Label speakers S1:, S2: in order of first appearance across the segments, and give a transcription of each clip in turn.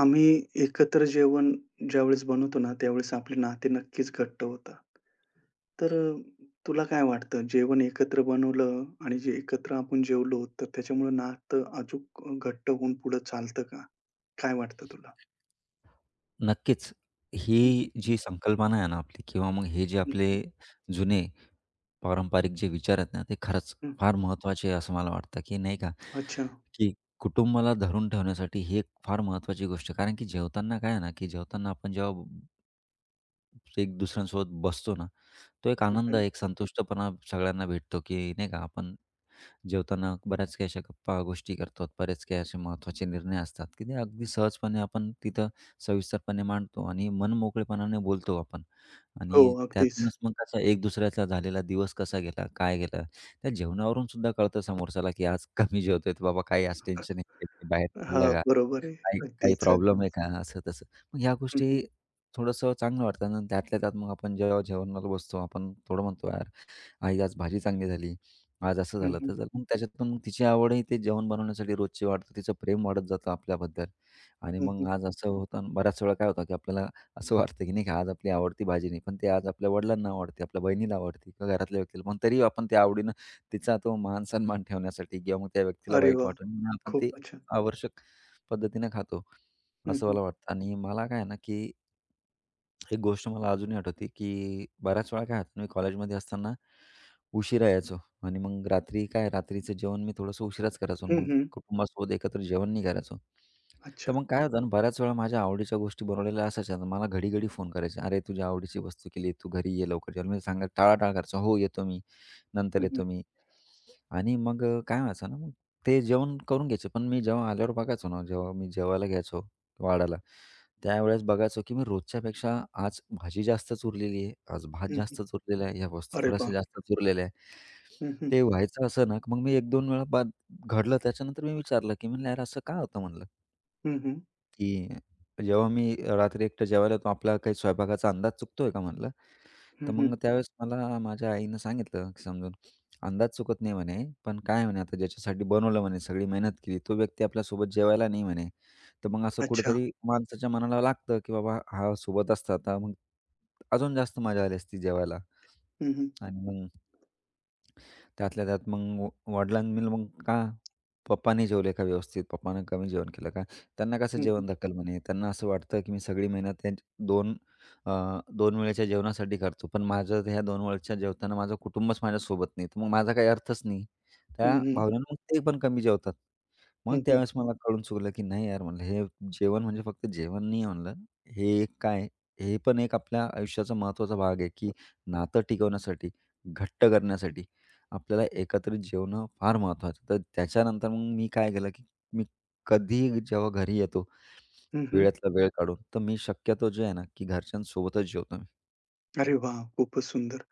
S1: आम्ही एकत्र जेवण ज्यावेळेस बनवतो ना, त्यावेळेस आपले नाते नक्कीच घट्ट होतात. तर तुला काय वाटतं जेवण एकत्र बनवलं आणि जे एकत्र आपण जेवलो, तर त्याच्यामुळे नातं अचूक घट्ट होऊन पुढे चालतं का? काय वाटतं तुला?
S2: नक्कीच. ही
S1: हं, हं,
S2: जी संकल्पना आहे ना आपली किंवा मग हे जे
S1: हं,
S2: आपले जुने पारंपरिक जे विचार आहेत ना, ते खरंच फार महत्त्वाचे आहे असं मला वाटतं, की नाही का?
S1: अच्छा.
S2: की कुटुंबाला धरून ठेवण्यासाठी ही एक फार महत्त्वाची गोष्ट आहे. कारण की जेवताना काय आहे ना, की जेवताना आपण जेव्हा एक दुसऱ्यांसोबत बसतो ना, तो एक आनंद,
S1: हं,
S2: एक संतुष्टपणा सगळ्यांना भेटतो, की नाही का? आपण जेवताना बऱ्याच काही अशा गप्पा गोष्टी करतो. बरेच काही असे महत्त्वाचे निर्णय असतात, की ते अगदी सहजपणे आपण तिथं सविस्तरपणे मांडतो आणि मनमोकळेपणाने बोलतो आपण
S1: हो,
S2: आणि
S1: अगदीच.
S2: त्यातूनच मग कसा एक दुसऱ्याचा झालेला दिवस कसा गेला, काय गेला त्या जेवणावरून सुद्धा कळतं समोरच्याला, की आज कमी जेवतोय तर बाबा काही आज टेन्शन आहे का? बाहेर पडलं
S1: हां,
S2: का?
S1: बरोबर आहे.
S2: काही काही
S1: अगदीच.
S2: प्रॉब्लेम आहे का? असं-तसं. मग ह्या
S1: हं,
S2: गोष्टी
S1: हं.
S2: थोडंसं चांगलं वाटतं आणि त्यातल्या त्यात मग आपण जेव्हा जेवणाला बसतो, आपण थोडं म्हणतो आई आज भाजी चांगली झाली, आज असं झालं
S1: हं,
S2: तसं झालं. मग त्याच्यातून मग तिची आवडही ते जेवण बनवण्यासाठी रोजची वाढते. तिचं प्रेम वाढत जातं आपल्याबद्दल आणि मग आज असं होतं आणि बऱ्याच वेळा काय होतं, की आपल्याला असं वाटतं, की नाही का आज आपली आवडती भाजी नाही, पण ते आज आपल्या वडिलांना आवडते, आपल्या बहिणीला आवडते किंवा घरातल्या व्यक्तीला. पण तरी आपण त्या आवडीनं तिचा तो मान-सन्मान ठेवण्यासाठी किंवा मग त्या व्यक्तीला
S1: अरे
S2: वाईट
S1: वाह!
S2: वाटू म्हणून आपण ते
S1: खूपच छान.
S2: आवश्यक पद्धतीनं खातो,
S1: हं,
S2: असं
S1: हं.
S2: मला वाटतं आणि मला काय आहे ना, की एक गोष्ट मला अजूनही आठवते, की बऱ्याच वेळा काय होतं मी कॉलेजमध्ये असताना उशिरा यायचो आणि मग रात्री काय रात्रीचं जेवण मी थोडंसं उशिराच करायचो आणि मग
S1: हं,
S2: कुटुंबासोबत एकत्र जेवण नाही करायचो. तर
S1: अच्छा.
S2: मग काय होतं ना, बऱ्याच वेळा माझ्या आवडीच्या गोष्टी बनवलेल्या असायच्या. तर मला घडी-घडी फोन करायचे, "अरे, तुझ्या आवडीची वस्तू केली, तू घरी ये लवकर जेवायला." मी सांगा टाळाटाळ करायचो, "हो, येतो मी, नंतर
S1: हं, हं.
S2: येतो मी." आणि मग काय व्हायचं ना, मग ते जेवण करून घ्यायचे. पण मी जेव्हा आल्यावर बघायचो ना, जेव्हा मी जेवायला घ्यायचो वाढायला, त्यावेळेस बघायचो की मी रोजच्यापेक्षा आज भाजी जास्तच उरलेली आहे, आज भात जास्तच उरलेला आहे, या वस्तू
S1: अरे
S2: थोड्याशा
S1: बाप!
S2: जास्तच उरलेल्या आहे.
S1: हं, हं.
S2: ते व्हायचं असं ना, मग मी 1-2 वेळा घडलं. त्याच्यानंतर मी विचारलं की म्हणलं, "यार, असं का होतं?" म्हणलं.
S1: हं, हं.
S2: की जेव्हा मी रात्री एकटं जेवायला येतो, आपला काही स्वयंपाकाचा अंदाज चुकतोय का म्हटलं? तर मग त्यावेळेस मला माझ्या आईनं सांगितलं की समजून, "अंदाज चुकत नाही," म्हणे, "पण काय आहे," म्हणे, "आता ज्याच्यासाठी बनवलं," म्हणे, "सगळी मेहनत केली, तो व्यक्ती आपल्यासोबत जेवायला नाही," म्हणे. तर मग असं
S1: अच्छा.
S2: कुठेतरी माणसाच्या मनाला लागतं, की बाबा हा सोबत असता, तर मग अजून जास्त मजा आली असती जेवायला
S1: हं, हं.
S2: आणि मग त्यातल्या त्यात मग व वडिलांनी मग का पप्पा नाही जेवले का व्यवस्थित, पप्पानं कमी जेवण केलं का? त्यांना कसं
S1: हं, हं.
S2: जेवण धक्कल म्हणे. त्यांना असं वाटतं, की मी सगळी मेहनत त्यांची 2 वेळेच्या जेवणासाठी करतो. पण माझं ह्या 2 वेळच्या जेवताना माझं कुटुंबच माझ्यासोबत नाही. तर मग माझा काही अर्थच नाही.
S1: हं,
S2: त्या
S1: हं.
S2: भावनेनं मग ते पण कमी जेवतात. मग
S1: हं, हं.
S2: त्यावेळेस मला कळून चुकलं, की नाही यार म्हणलं हे जेवण म्हणजे फक्त जेवण नाही म्हणलं. हे एक काय हे पण एक आपल्या आयुष्याचा महत्त्वाचा भाग आहे, की नातं टिकवण्यासाठी, घट्ट करण्यासाठी आपल्याला एकत्रित जेवणं फार महत्त्वाचं. तर त्याच्यानंतर मग मी काय केलं, की मी कधी जेव्हा घरी येतो
S1: हं, हं.
S2: वेळातला वेळ काढून, तर मी शक्यतो जे आहे ना, की घरच्यांसोबतच जेवतो मी.
S1: अरे वाह! खूपच सुंदर.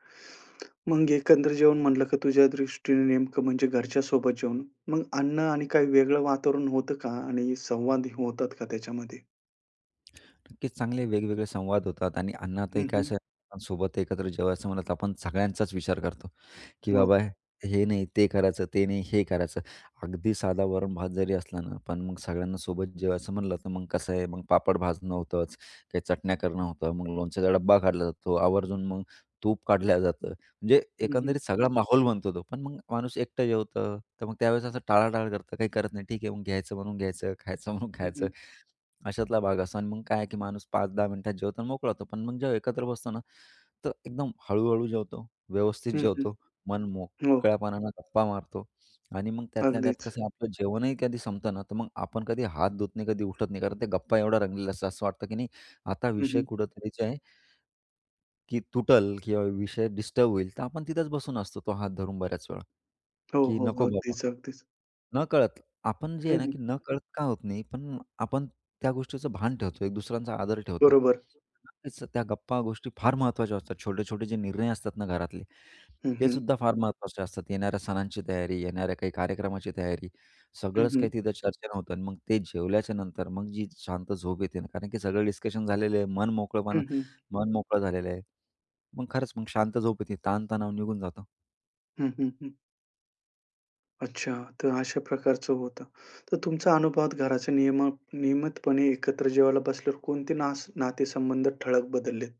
S1: मग एकंदर जेवण म्हणलं का तुझ्या दृष्टीने नेमकं म्हणजे घरच्यासोबत जेवण. मग अन्न आणि काही वेगळं वातावरण होतं का? आणि संवाद होतात का त्याच्यामध्ये?
S2: नक्कीच चांगले वेगवेगळे संवाद होतात आणि अन्नातही
S1: हं,
S2: काय
S1: हं.
S2: असं सोबत एकत्र जेवायचं म्हणलं तर आपण सगळ्यांचाच विचार करतो. की
S1: हो.
S2: बाबा हे नाही, ते करायचं, ते नाही, हे करायचं. अगदी साधा वरण-भात जरी असला ना, पण मग सगळ्यांना सोबत जेवायचं म्हणलं, तर मग कसं आहे, मग पापड भाजणं होतंच, काही चटण्या करणं होतं, मग लोणच्याचा डब्बा काढला जातो, आवर्जून मग तूप काढलं जातं. म्हणजे
S1: हं, हं.
S2: एकंदरीत सगळा माहोल बनतो तो. पण मग माणूस एकटं जेवतं, तर मग त्यावेळेस असं टाळाटाळ करतं, काही करत नाही. ठीक आहे, मग घ्यायचं म्हणून घ्यायचं, खायचं म्हणून
S1: हं,
S2: खायचं,
S1: हं.
S2: अशातला भाग असतो. आणि मग काय आहे, की माणूस 5-10 मिनिटात जेवतो आणि मोकळा होतो. पण मग जेव्हा एकत्र बसतो ना, तर एकदम हळू-हळू जेवतो, व्यवस्थित
S1: हं, हं.
S2: जेवतो, मन
S1: हो.
S2: मोकळ्यापणानं गप्पा मारतो आणि मग त्यातल्या त्यात
S1: अगदीच.
S2: कसं आपलं जेवणही कधी संपतं ना, तर मग आपण कधी हात धुत नाही, कधी उठत नाही. कारण त्या गप्पा एवढा रंगलेला असतो, असं वाटतं की नाही आता
S1: हं,
S2: विषय
S1: हं.
S2: कुठेतरी जे आहे की तुटल किंवा विषय डिस्टर्ब होईल, तर आपण तिथेच बसून असतो तो हात धरून बऱ्याच वेळा,
S1: हो,
S2: की
S1: हो.
S2: नको बाबा.
S1: अगदीच, अगदीच.
S2: नकळत आपण जे
S1: हं,
S2: आहे ना,
S1: हं.
S2: की नकळत का होत नाही, पण आपण त्या गोष्टीचं भान ठेवतो, एक दुसऱ्यांचा आदर ठेवतो.
S1: बरोबर.
S2: नक्कीच त्या गप्पा गोष्टी फार महत्त्वाच्या असतात. छोटे-छोटे जे निर्णय असतात ना घरातले
S1: हं,
S2: ते
S1: हं.
S2: सुद्धा फार महत्त्वाचे असतात. येणाऱ्या सणांची तयारी, येणाऱ्या काही कार्यक्रमाची तयारी,
S1: हं,
S2: सगळंच काही
S1: हं.
S2: तिथं चर्चेनं होतं आणि मग ते जेवल्याच्या नंतर मग जी शांत झोप येते ना, कारण की सगळं डिस्कशन झालेलं आहे,
S1: हं, हं.
S2: मन मोकळं झालेलं आहे. मग खरंच मग शांत झोप येते, ताणतणाव निघून जातो.
S1: हं, हं. हं. अच्छा. तर अशा प्रकारचं होतं. तर तुमचा अनुभवात घराचे नियम नियमितपणे एकत्र जेवायला बसल्यावर कोणते नातेसंबंध ठळक बदललेत?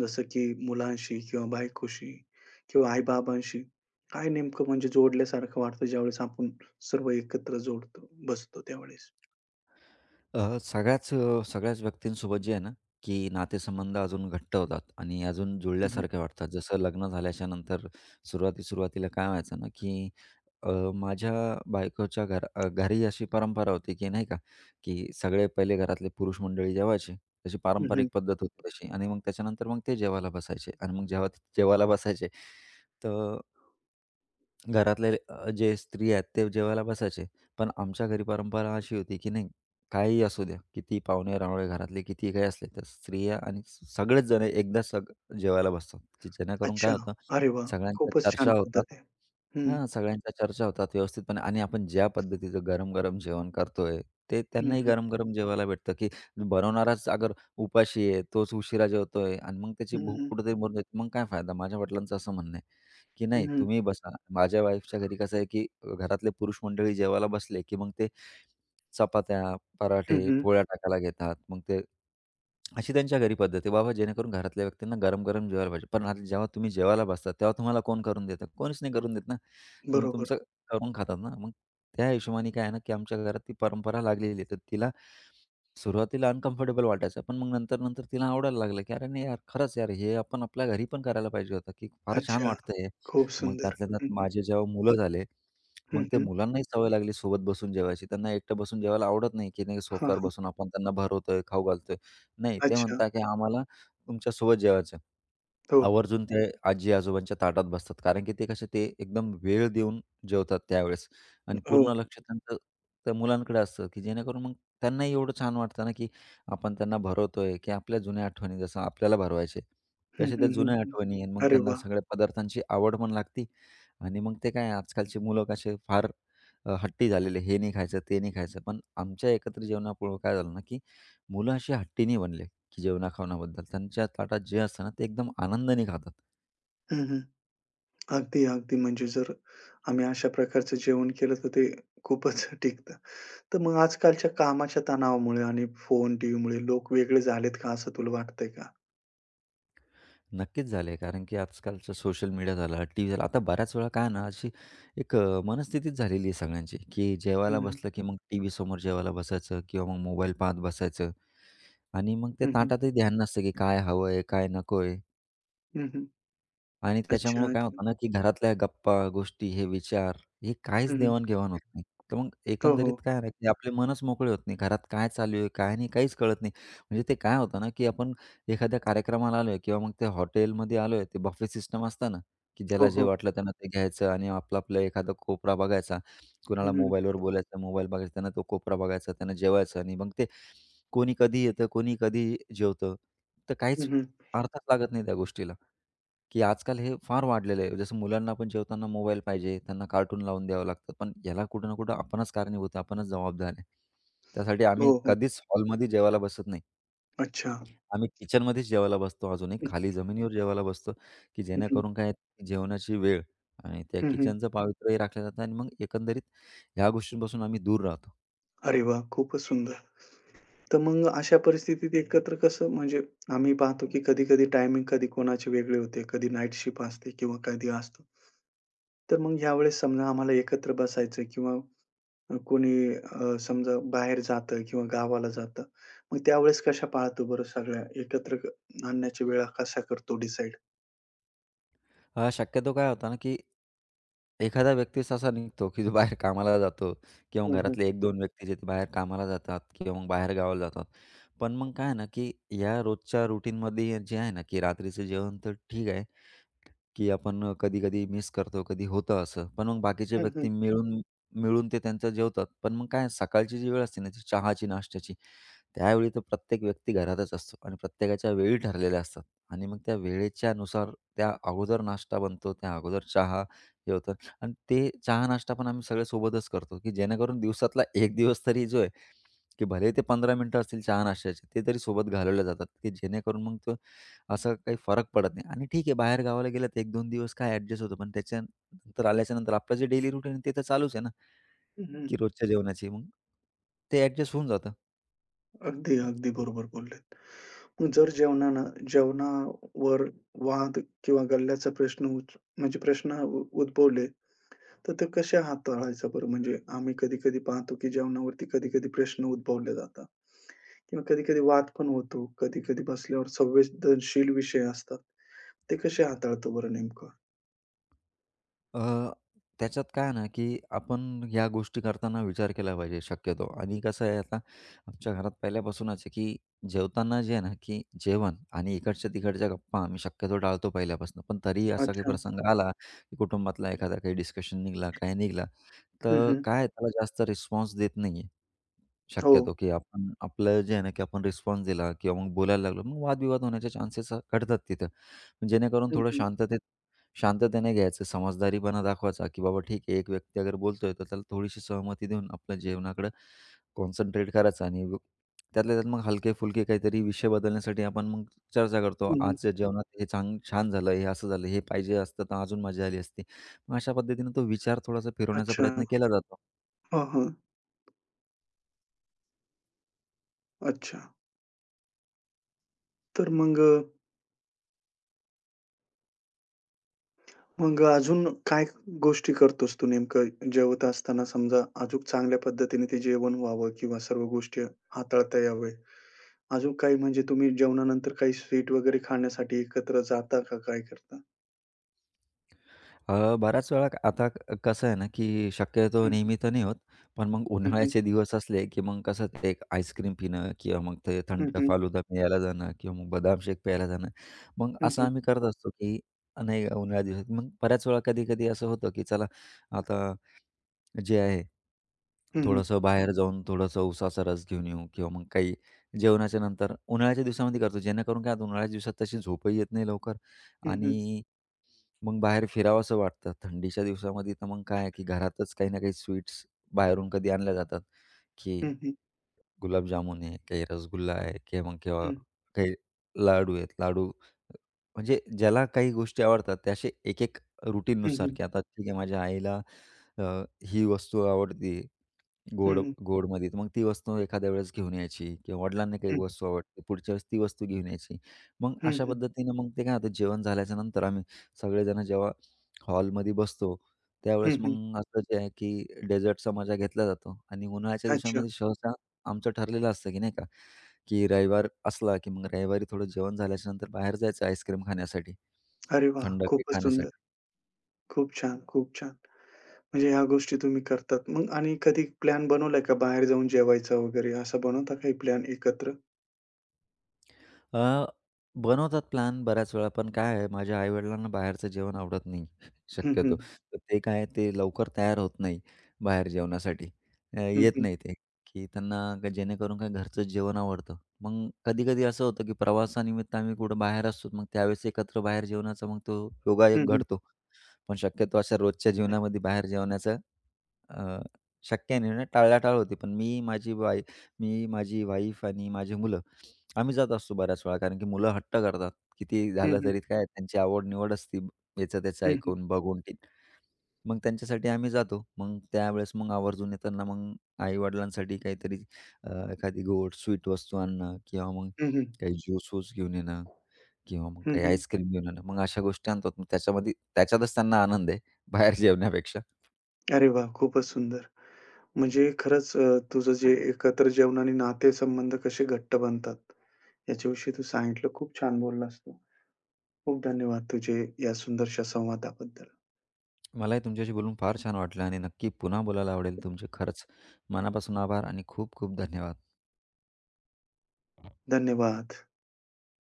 S1: जसं की मुलांशी किंवा बायकोशी किंवा आई-बाबांशी? काय नेमकं म्हणजे जोडल्यासारखं वाटतं ज्यावेळेस आपण सर्व एकत्र जोडतो बसतो त्यावेळेस?
S2: सगळ्याच व्यक्तींसोबत जे आहे ना, की नातेसंबंध अजून घट्ट होतात आणि अजून
S1: हं, हं.
S2: जुळल्यासारखे वाटतात. जसं लग्न झाल्याच्या नंतर सुरुवाती-सुरुवातीला काय व्हायचं ना, की माझ्या घरी अशी परंपरा होती, की नाही का, की सगळे पहिले घरातले पुरुष मंडळी जेवायचे. तशी
S1: हं,
S2: पारंपरिक
S1: हं.
S2: पद्धत होती तशी आणि मग त्याच्यानंतर मग ते जेवायला बसायचे आणि मग जेव्हा ते जेवायला बसायचे, तर घरातले जे स्त्री आहेत ते जेवायला बसायचे. पण आमच्या घरी परंपरा अशी होती, की नाही काहीही असू द्या, किती पाहुणे-रावळे घरातले कितीही काही असले, तर स्त्रिया आणि सगळेच जण एकदा सग जेवायला बसतात, की जेणेकरून
S1: अच्छा.
S2: काय होतं,
S1: अरे वाह!
S2: सगळ्यांच्या
S1: खूपच छान
S2: चर्चा होतात.
S1: पद्धत आहे. हं.
S2: हां, सगळ्यांच्या चर्चा होतात व्यवस्थितपणे आणि आपण ज्या पद्धतीचं गरम-गरम जेवण करतोय, ते
S1: हं,
S2: त्यांनाही
S1: हं.
S2: गरम-गरम जेवायला भेटतं, की बनवणाराच अगर उपाशी आहे, तोच उशिरा जेवतोय आणि मग त्याची
S1: हं,
S2: भूक
S1: हं.
S2: कुठेतरी मरून जाते, मग काय फायदा? माझ्या वडिलांचं असं म्हणणं आहे. की
S1: हं,
S2: नाही
S1: हं.
S2: तुम्ही बसा. माझ्या वाईफच्या घरी कसं आहे की घरातले पुरुष मंडळी जेवायला बसले, की मग ते चपात्या,
S1: हं,
S2: पराठे,
S1: हं.
S2: पोळ्या टाकायला घेतात. मग ते अशी त्यांच्या घरी पद्धत आहे बाबा जेणेकरून घरातल्या व्यक्तींना गरम-गरम जेवायला पाहिजे. पण आता जेव्हा तुम्ही जेवायला बसता, तेव्हा तुम्हाला कोण करून देतं? कोणीच नाही करून देत ना. तुम्ही
S1: बरोबर.
S2: तुमचं करून खातात ना. मग त्या हिशोबाने काय आहे ना, की आमच्या घरात ती परंपरा लागलेली आहे. तर तिला सुरुवातीला अनकम्फर्टेबल वाटायचं, पण मग नंतर-नंतर तिला आवडायला लागलं, की "अरे नाही यार, खरंच यार, हे आपण आपल्या घरी पण करायला पाहिजे होतं, की फार छान
S1: अच्छा.
S2: वाटतंय."
S1: खूप
S2: मग
S1: सुंदर.
S2: त्यातल्या
S1: हं,
S2: त्यात
S1: हं.
S2: माझे जेव्हा मुलं झाले,
S1: हं,
S2: मग ते
S1: हं.
S2: मुलांनाही सवय लागली सोबत बसून जेवायची. त्यांना एकटं बसून जेवायला आवडत नाही, की नाही
S1: हां,
S2: सोफ्यावर
S1: हां.
S2: बसून आपण त्यांना भरवतोय, खाऊ घालतोय. नाही, ते
S1: अच्छा.
S2: म्हणतात, की "आम्हाला तुमच्यासोबत जेवायचं."
S1: हो,
S2: आवर्जून ते आजी-आजोबांच्या ताटात बसतात. कारण की ते कसे ते एकदम वेळ देऊन जेवतात त्यावेळेस आणि
S1: हो.
S2: पूर्ण लक्ष त्यांचं त्या मुलांकडे असतं, की जेणेकरून मग त्यांनाही एवढं छान वाटतं ना, की आपण त्यांना भरवतोय, की आपल्या जुन्या आठवणी जसं आपल्याला भरवायचे,
S1: हं,
S2: तसे त्या
S1: हं, हं,
S2: जुन्या
S1: हं.
S2: आठवणी आणि मग
S1: अरे
S2: त्यांना
S1: वाह!
S2: सगळ्या पदार्थांची आवड पण लागती आणि मग ते काय आजकालची मुलं कसे फार हट्टी झालेले. हे नाही खायचं, ते नाही खायचं. पण आमच्या एकत्र जेवणामुळं काय झालं ना, की मुलं अशी हट्टी नाही बनले. की जेवणाखावणाबद्दल त्यांच्या ताटात जे असतं ना, ते एकदम आनंदाने खातात.
S1: हं, हं. अगदी, अगदी. म्हणजे जर आम्ही अशा प्रकारचं जेवण केलं तर ते खूपच टिकतं. तर मग आजकालच्या कामाच्या तणावामुळे आणि फोन, टीव्हीमुळे लोक वेगळे झालेत का असं तुला वाटतंय का?
S2: नक्कीच झाले कारण की आजकालचं सोशल मीडिया झाला, टीव्ही झाला. आता बऱ्याच वेळा काय आहे ना, अशी एक मनस्थितीच झालेली आहे सगळ्यांची, की जेवायला
S1: हं, हं.
S2: बसलं की मग टीव्हीसमोर जेवायला बसायचं किंवा मग मोबाईल पाहत बसायचं आणि मग ते
S1: हं, हं.
S2: ताटातही ध्यान नसतं, की काय हवंय, काय नकोय.
S1: हं, हं.
S2: आणि
S1: अच्छा,
S2: त्याच्यामुळं काय
S1: अच्छा.
S2: होतं ना, की घरातल्या गप्पा, गोष्टी, हे विचार, हे
S1: हं,
S2: काहीच
S1: हं.
S2: देवाण-घेवाण होत नाही. तर मग
S1: हो, हो.
S2: एकंदरीत काय ना, की आपले मनच मोकळे होत नाही. घरात काय चालू आहे, काय नाही, काहीच कळत नाही. म्हणजे ते काय होतं ना, की आपण एखाद्या कार्यक्रमाला आलोय किंवा मग ते हॉटेलमध्ये आलोय, ते बफे सिस्टम असतं ना, की
S1: हो,
S2: ज्याला जे
S1: हो.
S2: वाटलं त्यांना ते घ्यायचं आणि आपलं-आपलं एखादा कोपरा बघायचा.
S1: हं,
S2: कुणाला
S1: हं.
S2: मोबाईलवर बोलायचं, मोबाईल बघायचा, त्यांना तो कोपरा बघायचा, त्यांना जेवायचं आणि मग ते कोणी कधी येतं, कोणी कधी जेवतं. तर काहीच
S1: हं, हं.
S2: अर्थच लागत नाही त्या गोष्टीला. की आजकाल हे फार वाढलेलं आहे. जसं मुलांना आपण जेवताना मोबाईल पाहिजे, त्यांना कार्टून लावून द्यावं लागतं. पण याला कुठं ना कुठं आपणच कारणीभूत आहे, आपणच जबाबदार आहे. त्यासाठी आम्ही
S1: हो, हो.
S2: कधीच हॉलमध्ये जेवायला बसत नाही.
S1: अच्छा.
S2: आम्ही किचनमध्येच जेवायला बसतो अजूनही.
S1: हं,
S2: खाली जमिनीवर जेवायला बसतो, की
S1: हं, हं.
S2: जेणेकरून काय जेवणाची वेळ आणि त्या
S1: हं, हं.
S2: किचनचं पावित्र्यही राखलं जातं आणि मग एकंदरीत ह्या गोष्टींपासून आम्ही दूर राहतो.
S1: अरे वाह! खूपच सुंदर. तर मग अशा परिस्थितीत एकत्र कसं म्हणजे आम्ही पाहतो की कधी-कधी टायमिंग कधी कोणाचे वेगळे होते, कधी नाईट शिफ्ट असते किंवा कधी असतो. तर मग यावेळेस समजा आम्हाला एकत्र बसायचं किंवा कोणी समजा बाहेर जातं किंवा गावाला जातं. मग त्यावेळेस कशा पाळतो बरं सगळ्या एकत्र आणण्याची वेळा कसा करतो डिसाईड?
S2: शक्यतो काय होता ना, की एखादा व्यक्तीच असा निघतो, की जो बाहेर कामाला जातो किंवा मग
S1: हं, हं.
S2: घरातले 1-2 व्यक्ती जे ते बाहेर कामाला जातात किंवा मग बाहेर गावाला जातात. पण मग काय आहे ना, की या रोजच्या रुटीनमध्ये जे आहे ना, की रात्रीचं जेवण तर ठीक आहे. की आपण कधी-कधी मिस करतो, कधी होतं असं. पण मग बाकीचे
S1: हं,
S2: व्यक्ती मिळून मिळून ते त्यांचं जेवतात. पण मग काय सकाळची जी वेळ असते ना, ती चहाची, नाश्त्याची, त्यावेळी तर प्रत्येक व्यक्ती घरातच असतो आणि प्रत्येकाच्या वेळी ठरलेल्या असतात आणि मग त्या वेळेच्यानुसार त्या अगोदर नाश्ता बनतो, त्या अगोदर चहा हे होतं आणि ते चहा-नाश्ता पण आम्ही सगळे सोबतच करतो, की जेणेकरून दिवसातला 1 दिवस तरी जो आहे, की भले ते 15 मिनिटं असतील चहा-नाश्त्याचे, ते तरी सोबत घालवले जातात, की जेणेकरून मग तो असा काही फरक पडत नाही आणि ठीक आहे बाहेर गावाला गेलं तर 1-2 दिवस काय ॲडजस्ट होतं, पण त्याच्यानंतर आल्याच्यानंतर आपलं जे डेली रुटीन आहे ते तर चालूच आहे ना, की रोजच्या जेवणाची. मग ते ॲडजस्ट होऊन जातं.
S1: अगदी, अगदी बरोबर बोललेत. मग जर जेवणानं जेवणावर वाद किंवा गल्ल्याचा प्रश्न म्हणजे प्रश्न उद्भवले तर ते कशा हाताळायचा बरं? म्हणजे आम्ही कधी-कधी पाहतो, की जेवणावरती कधी-कधी प्रश्न उद्भवले जातात किंवा कधी-कधी वाद पण होतो. कधी-कधी बसल्यावर संवेदनशील विषय असतात. ते कसे हाताळतो बरं नेमकं?
S2: अ, त्याच्यात काय आहे ना, की आपण ह्या गोष्टी करताना विचार केला पाहिजे शक्यतो आणि कसं आहे आता आमच्या घरात पहिल्यापासूनच आहे, की जेवताना जे आहे ना, की जेवण आणि इकडच्या-तिकडच्या गप्पा आम्ही शक्यतो टाळतो पहिल्यापासून. पण तरीही असा काही
S1: अच्छा.
S2: प्रसंग आला, की कुटुंबातला एखादा काही डिस्कशन निघाला, काय निघाला,
S1: हं,
S2: तर
S1: हं.
S2: काय त्याला जास्त रिस्पॉन्स देत नाही
S1: हो.
S2: शक्यतो, की आपण आपलं जे आहे ना, की आपण रिस्पॉन्स दिला किंवा मग बोलायला लागलो, मग वादविवाद होण्याचे चान्सेस घडतात तिथं. पण जेणेकरून
S1: हं,
S2: थोडं
S1: हं.
S2: शांततेने घ्यायचं, समजदारीपणा दाखवायचा, की बाबा ठीक आहे, एक व्यक्ती अगर बोलतोय, तर त्याला थोडीशी सहमती देऊन आपल्या जेवणाकडं कॉन्सन्ट्रेट करायचं आणि त्यातल्या त्यात मग हलके-फुलके काहीतरी विषय बदलण्यासाठी आपण मग चर्चा करतो.
S1: हं,
S2: आजच्या जेवणात हे छान झालं, हे असं झालं, हे पाहिजे असतं तर अजून मजा आली असती. मग अशा पद्धतीने तो विचार थोडासा फिरवण्याचा प्रयत्न
S1: अच्छा.
S2: केला जातो.
S1: हां, हां. अच्छा. तर मग मग अजून काय गोष्टी करतोस तू नेमकं जेवत असताना समजा अजूक चांगल्या पद्धतीने ते जेवण व्हावं किंवा सर्व गोष्टी हाताळता यावे? अजून काही म्हणजे तुम्ही जेवणानंतर काही स्वीट वगैरे खाण्यासाठी एकत्र जाता का? काय करता?
S2: बऱ्याच वेळा कसं आहे ना, की शक्यतो
S1: हं,
S2: नेहमी तर नाही होत. पण मग
S1: हं, हं,
S2: उन्हाळ्याचे दिवस असले, की मग कसं ते एक आईस्क्रीम पिणं किंवा मग ते
S1: हं, हं,
S2: थंड
S1: हं,
S2: फालुदा प्यायला जाणं किंवा मग बदाम शेक प्यायला जाणं. मग
S1: हं,
S2: असं
S1: हं,
S2: आम्ही करत असतो, की नाही उन्हाळ्या दिवसात मग बऱ्याच वेळा कधी-कधी असं होतं, की चला आता जे आहे
S1: हं, हं,
S2: थोडंसं बाहेर जाऊन थोडंसं उसाचा रस घेऊन येऊ किंवा मग काही जेवणाच्या नंतर उन्हाळ्याच्या दिवसामध्ये करतो. जेणेकरून काय होतं उन्हाळ्याच्या दिवसात तशी झोपही येत नाही लवकर
S1: हं, हं,
S2: आणि मग बाहेर फिरावसं वाटतं. थंडीच्या दिवसामध्ये तर मग काय आहे, की घरातच काही ना काही स्वीट्स बाहेरून कधी आणल्या जातात, की
S1: हं, हं, हं,
S2: गुलाबजामुन आहे, काही रसगुल्ला आहे किंवा मग
S1: हं,
S2: काही लाडू आहेत. लाडू म्हणजे ज्याला काही गोष्टी आवडतात त्या एक-एक
S1: हं,
S2: रुटीननुसार,
S1: हं,
S2: की आता ठीक आहे माझ्या आईला अ, ही वस्तू आवडते गोड गोडमध्ये. तर मग ती वस्तू एखाद्या वेळेस घेऊन यायची किंवा वडिलांना काही वस्तू आवडते, पुढच्या वेळेस ती वस्तू घेऊन यायची. मग
S1: हं,
S2: अशा
S1: हं,
S2: पद्धतीनं मग ते काय होतं जेवण झाल्याच्या नंतर आम्ही सगळेजण जेव्हा हॉलमध्ये बसतो, त्यावेळेस
S1: हं,
S2: मग असं जे आहे की डेझर्टचा मजा घेतला जातो आणि उन्हाळ्याच्या
S1: अच्छा.
S2: दिवसांमध्ये सहसा आमचं ठरलेलं असतं की नाही का, की रविवार असला की मग रविवारी थोडं जेवण झाल्याच्या नंतर बाहेर जायचं आईस्क्रीम खाण्यासाठी,
S1: अरे वाह!
S2: थंड काही
S1: खूपच
S2: खाण्यासाठी.
S1: सुंदर. खूप छान, खूप छान. म्हणजे ह्या गोष्टी तुम्ही करतात. मग आणि कधी प्लॅन बनवलाय का बाहेर जाऊन जेवायचा वगैरे असा बनवता काही प्लॅन एकत्र?
S2: अ, बनवतात प्लॅन बऱ्याच वेळा, पण काय आहे माझ्या आई बाहेरचं जेवण आवडत नाही
S1: हं,
S2: शक्यतो. तर ते काय आहे, ते लवकर तयार होत नाही बाहेर जेवणासाठी.
S1: हं,
S2: येत
S1: हं,
S2: नाही ते, की जेणेकरून काय घरचंच जेवण आवडतं. मग कधी-कधी असं होतं, की प्रवासानिमित्त आम्ही कुठं बाहेर असतो, मग त्यावेळेस एकत्र बाहेर जेवणाचा मग तो
S1: हं,
S2: योगायोग
S1: हं,
S2: घडतो. पण शक्यतो अशा रोजच्या जीवनामध्ये बाहेर जेवण्याचं अ, शक्य नाही ना, टाळाटाळ होती. पण मी, माझी वाईफ आणि माझी मुलं आम्ही जात असतो बऱ्याच वेळा. कारण की मुलं हट्ट करतात. किती
S1: हं, हं,
S2: झालं
S1: हं,
S2: तरी काय त्यांची आवड-निवड असती याचं त्याचं
S1: हं,
S2: ऐकून, बघून मग त्यांच्यासाठी आम्ही जातो. मग त्यावेळेस मग आवर्जून येताना मग आई-वडिलांसाठी काहीतरी एखादी गोड स्वीट वस्तू आणणं किंवा मग
S1: हं, हं,
S2: काही ज्यूस-वूस घेऊन येणं किंवा मग
S1: हं,
S2: काही
S1: हं.
S2: आईस्क्रीम घेऊन येणं. मग अशा गोष्टी आणतात. मग त्याच्यामध्ये त्याच्यातच त्यांना आनंद आहे, बाहेर जेवण्यापेक्षा.
S1: अरे वाह! खूपच सुंदर. म्हणजे खरंच तुझं जे एकत्र जेवण आणि नातेसंबंध कसे घट्ट बनतात, याच्याविषयी तू सांगितलं. खूप छान बोललास तू. खूप धन्यवाद तुझे या सुंदरशा संवादाबद्दल.
S2: मलाही तुमच्याशी बोलून फार छान वाटलं आणि नक्की पुन्हा बोलायला आवडेल. तुमचे खरंच मनापासून आभार आणि खूप खूप धन्यवाद.
S1: धन्यवाद.